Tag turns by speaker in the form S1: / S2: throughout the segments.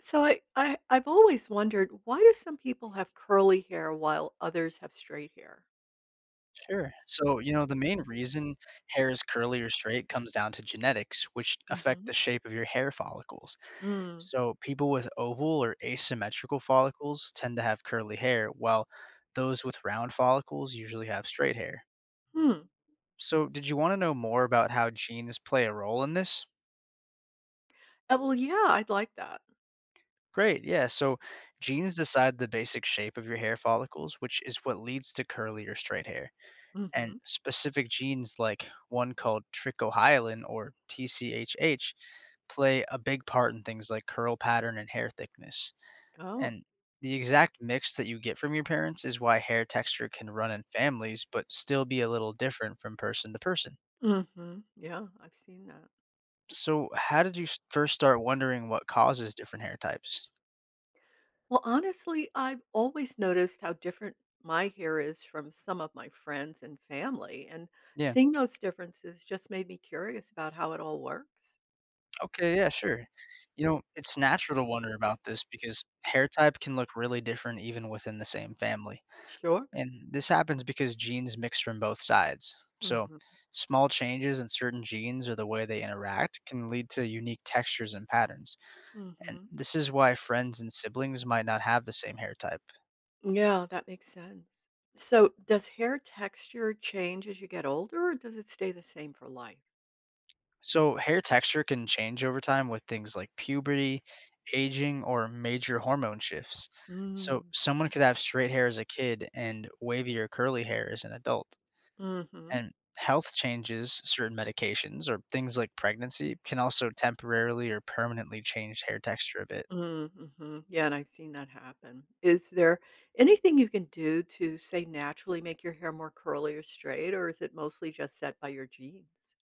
S1: So I've always wondered, why do some people have curly hair while others have straight hair?
S2: Sure. So, you know, the main reason hair is curly or straight comes down to genetics, which affect
S1: Hmm.
S2: the shape of your hair follicles.
S1: Mm.
S2: So, people with oval or asymmetrical follicles tend to have curly hair, while those with round follicles usually have straight hair.
S1: Hmm.
S2: So, did you want to know more about how genes play a role in this?
S1: Well, yeah, I'd like that.
S2: Great. Yeah. So, genes decide the basic shape of your hair follicles, which is what leads to curly or straight hair. And
S1: Hmm.
S2: specific genes like one called trichohyalin or TCHH play a big part in things like curl pattern and hair thickness.
S1: Oh.
S2: And the exact mix that you get from your parents is why hair texture can run in families but still be a little different from person to person.
S1: Hmm. Yeah, I've seen that.
S2: So, how did you first start wondering what causes different hair types?
S1: Well, honestly, I've always noticed how different my hair is from some of my friends and family, and
S2: Yeah.
S1: seeing those differences just made me curious about how it all works.
S2: Okay. Yeah, sure. You know, it's natural to wonder about this because hair type can look really different even within the same family.
S1: Sure.
S2: And this happens because genes mix from both sides. So,
S1: Hmm.
S2: small changes in certain genes or the way they interact can lead to unique textures and patterns. And
S1: Hmm.
S2: this is why friends and siblings might not have the same hair type.
S1: Yeah, that makes sense. So, does hair texture change as you get older, or does it stay the same for life?
S2: So, hair texture can change over time with things like puberty, aging, or major hormone shifts. So,
S1: Mm,
S2: someone could have straight hair as a kid and wavy or curly hair as an adult.
S1: mhm,
S2: And health changes, certain medications, or things like pregnancy can also temporarily or permanently change hair texture a bit.
S1: mm, mhm. Yeah, and I've seen that happen. Is there anything you can do to, say, naturally make your hair more curly or straight, or is it mostly just set by your genes?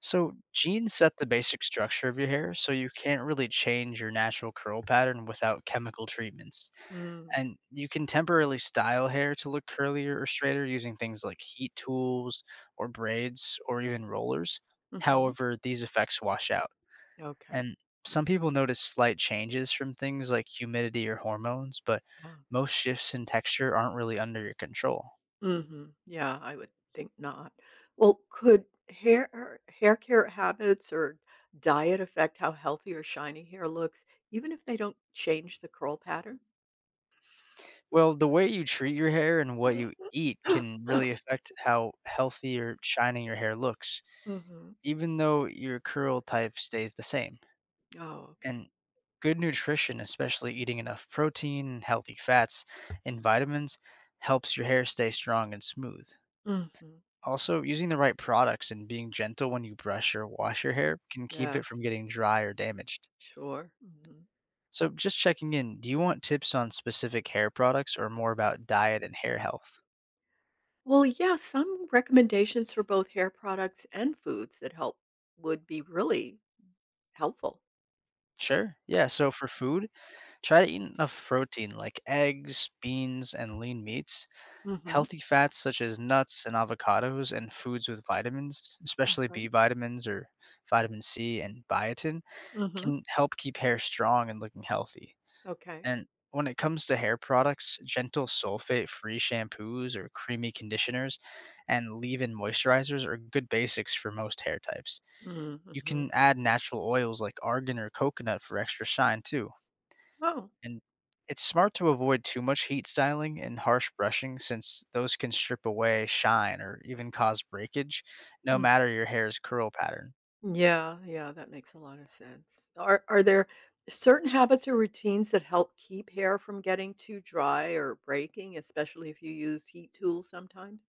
S2: So, genes set the basic structure of your hair, so you can't really change your natural curl pattern without chemical treatments.
S1: Mm,
S2: And you can temporarily style hair to look curlier or straighter using things like heat tools or braids or even rollers.
S1: mhm.
S2: However, these effects wash out.
S1: Okay.
S2: And some people notice slight changes from things like humidity or hormones, but
S1: Yeah.
S2: most shifts in texture aren't really under your control.
S1: Mhm. Yeah, I would think not. Well, could hair care habits or diet affect how healthy or shiny hair looks, even if they don't change the curl pattern?
S2: Well, the way you treat your hair and what you eat can really affect how healthy or shiny your hair looks,
S1: Mhm.
S2: even though your curl type stays the same.
S1: Oh, okay.
S2: And good nutrition, especially eating enough protein, healthy fats, and vitamins, helps your hair stay strong and smooth.
S1: Mhm.
S2: Also, using the right products and being gentle when you brush or wash your hair can keep it from
S1: Yes,
S2: getting dry or damaged.
S1: sure. Mhm.
S2: So, just checking in, do you want tips on specific hair products or more about diet and hair health?
S1: Well, yeah, some recommendations for both hair products and foods that help would be really helpful.
S2: Sure. Yeah. So, for food, try to eat enough protein like eggs, beans, and lean meats,
S1: Mhm.
S2: healthy fats such as nuts and avocados, and foods with vitamins, especially
S1: Okay.
S2: B vitamins or vitamin C and biotin,
S1: Mhm.
S2: can help keep hair strong and looking healthy.
S1: Okay.
S2: And when it comes to hair products, gentle sulfate free shampoos or creamy conditioners and leave in moisturizers are good basics for most hair types. You
S1: Mhm.
S2: can add natural oils like argan or coconut for extra shine too. And it's smart to avoid too much heat styling and harsh brushing since those can strip away shine or even cause breakage, no
S1: Oh.
S2: matter your hair's curl pattern.
S1: Yeah, yeah, that makes a lot of sense. Are there certain habits or routines that help keep hair from getting too dry or breaking, especially if you use heat tools sometimes?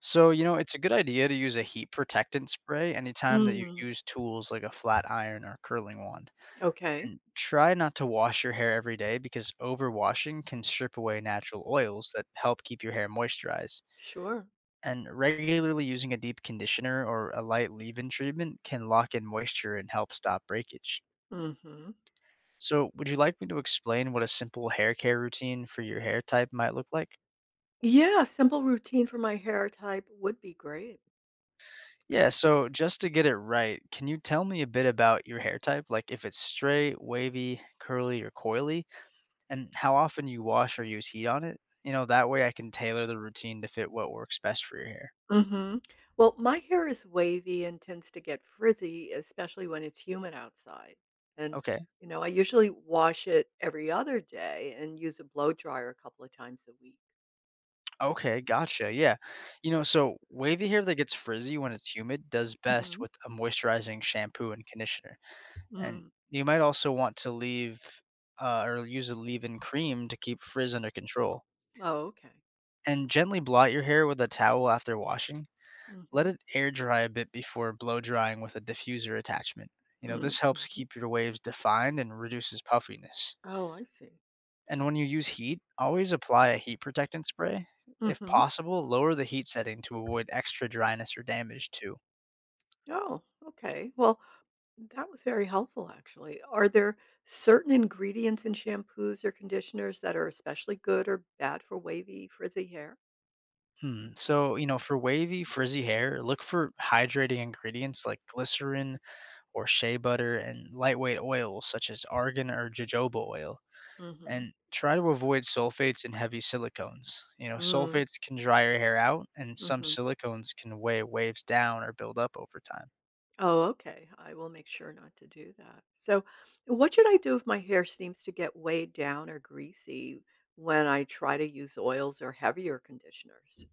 S2: So, you know, it's a good idea to use a heat protectant spray anytime that you
S1: Mm,
S2: use tools like a flat iron or curling wand.
S1: okay,
S2: And try not to wash your hair every day because overwashing can strip away natural oils that help keep your hair moisturized.
S1: sure.
S2: And regularly using a deep conditioner or a light leave in treatment can lock in moisture and help stop breakage.
S1: Hmm.
S2: So, would you like me to explain what a simple hair care routine for your hair type might look like?
S1: Yeah, simple routine for my hair type would be great.
S2: Yeah, so just to get it right, can you tell me a bit about your hair type? Like if it's straight, wavy, curly, or coily? And how often you wash or use heat on it. You know, that way I can tailor the routine to fit what works best for your hair.
S1: Hmm. Well, my hair is wavy and tends to get frizzy, especially when it's humid outside. And,
S2: Okay.
S1: I usually wash it every other day and use a blow dryer a couple of times a week.
S2: Okay. Gotcha. Yeah. You know, so wavy hair that gets frizzy when it's humid does best with a moisturizing shampoo and conditioner. And
S1: Mm.
S2: you might also want to leave or use a leave in cream to keep frizz under control.
S1: Oh, okay.
S2: And gently blot your hair with a towel after washing. Let
S1: Mhm.
S2: it air dry a bit before blow drying with a diffuser attachment. You know,
S1: Mm,
S2: this helps
S1: mhm.
S2: keep your waves defined and reduces puffiness.
S1: Oh, I see.
S2: And when you use heat, always apply a heat protectant spray. If
S1: Mhm.
S2: possible, lower the heat setting to avoid extra dryness or damage too.
S1: Oh, okay. Well, that was very helpful actually. Are there certain ingredients in shampoos or conditioners that are especially good or bad for wavy, frizzy hair?
S2: Hmm. So, you know, for wavy, frizzy hair, look for hydrating ingredients like glycerin or shea butter and lightweight oils such as argan or jojoba oil.
S1: Mhm.
S2: And try to avoid sulfates and heavy silicones. You know,
S1: Mm,
S2: sulfates can dry your hair out, and some
S1: mhm.
S2: silicones can weigh waves down or build up over time.
S1: Oh, okay. I will make sure not to do that. So, what should I do if my hair seems to get weighed down or greasy when I try to use oils or heavier conditioners?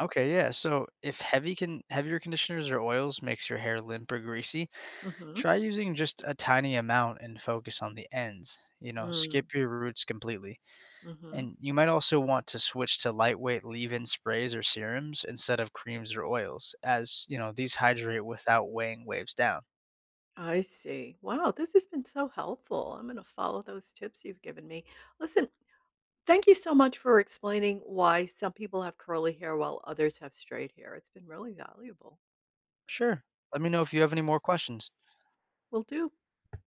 S2: Okay, yeah. So if heavy can heavier conditioners or oils makes your hair limp or greasy,
S1: Mhm.
S2: try using just a tiny amount and focus on the ends. You know,
S1: Mm,
S2: skip your roots completely.
S1: mhm.
S2: And you might also want to switch to lightweight leave-in sprays or serums instead of creams or oils, as you know these hydrate without weighing waves down.
S1: I see. Wow, this has been so helpful. I'm going to follow those tips you've given me. Listen, thank you so much for explaining why some people have curly hair while others have straight hair. It's been really valuable.
S2: Sure. Let me know if you have any more questions.
S1: Will do.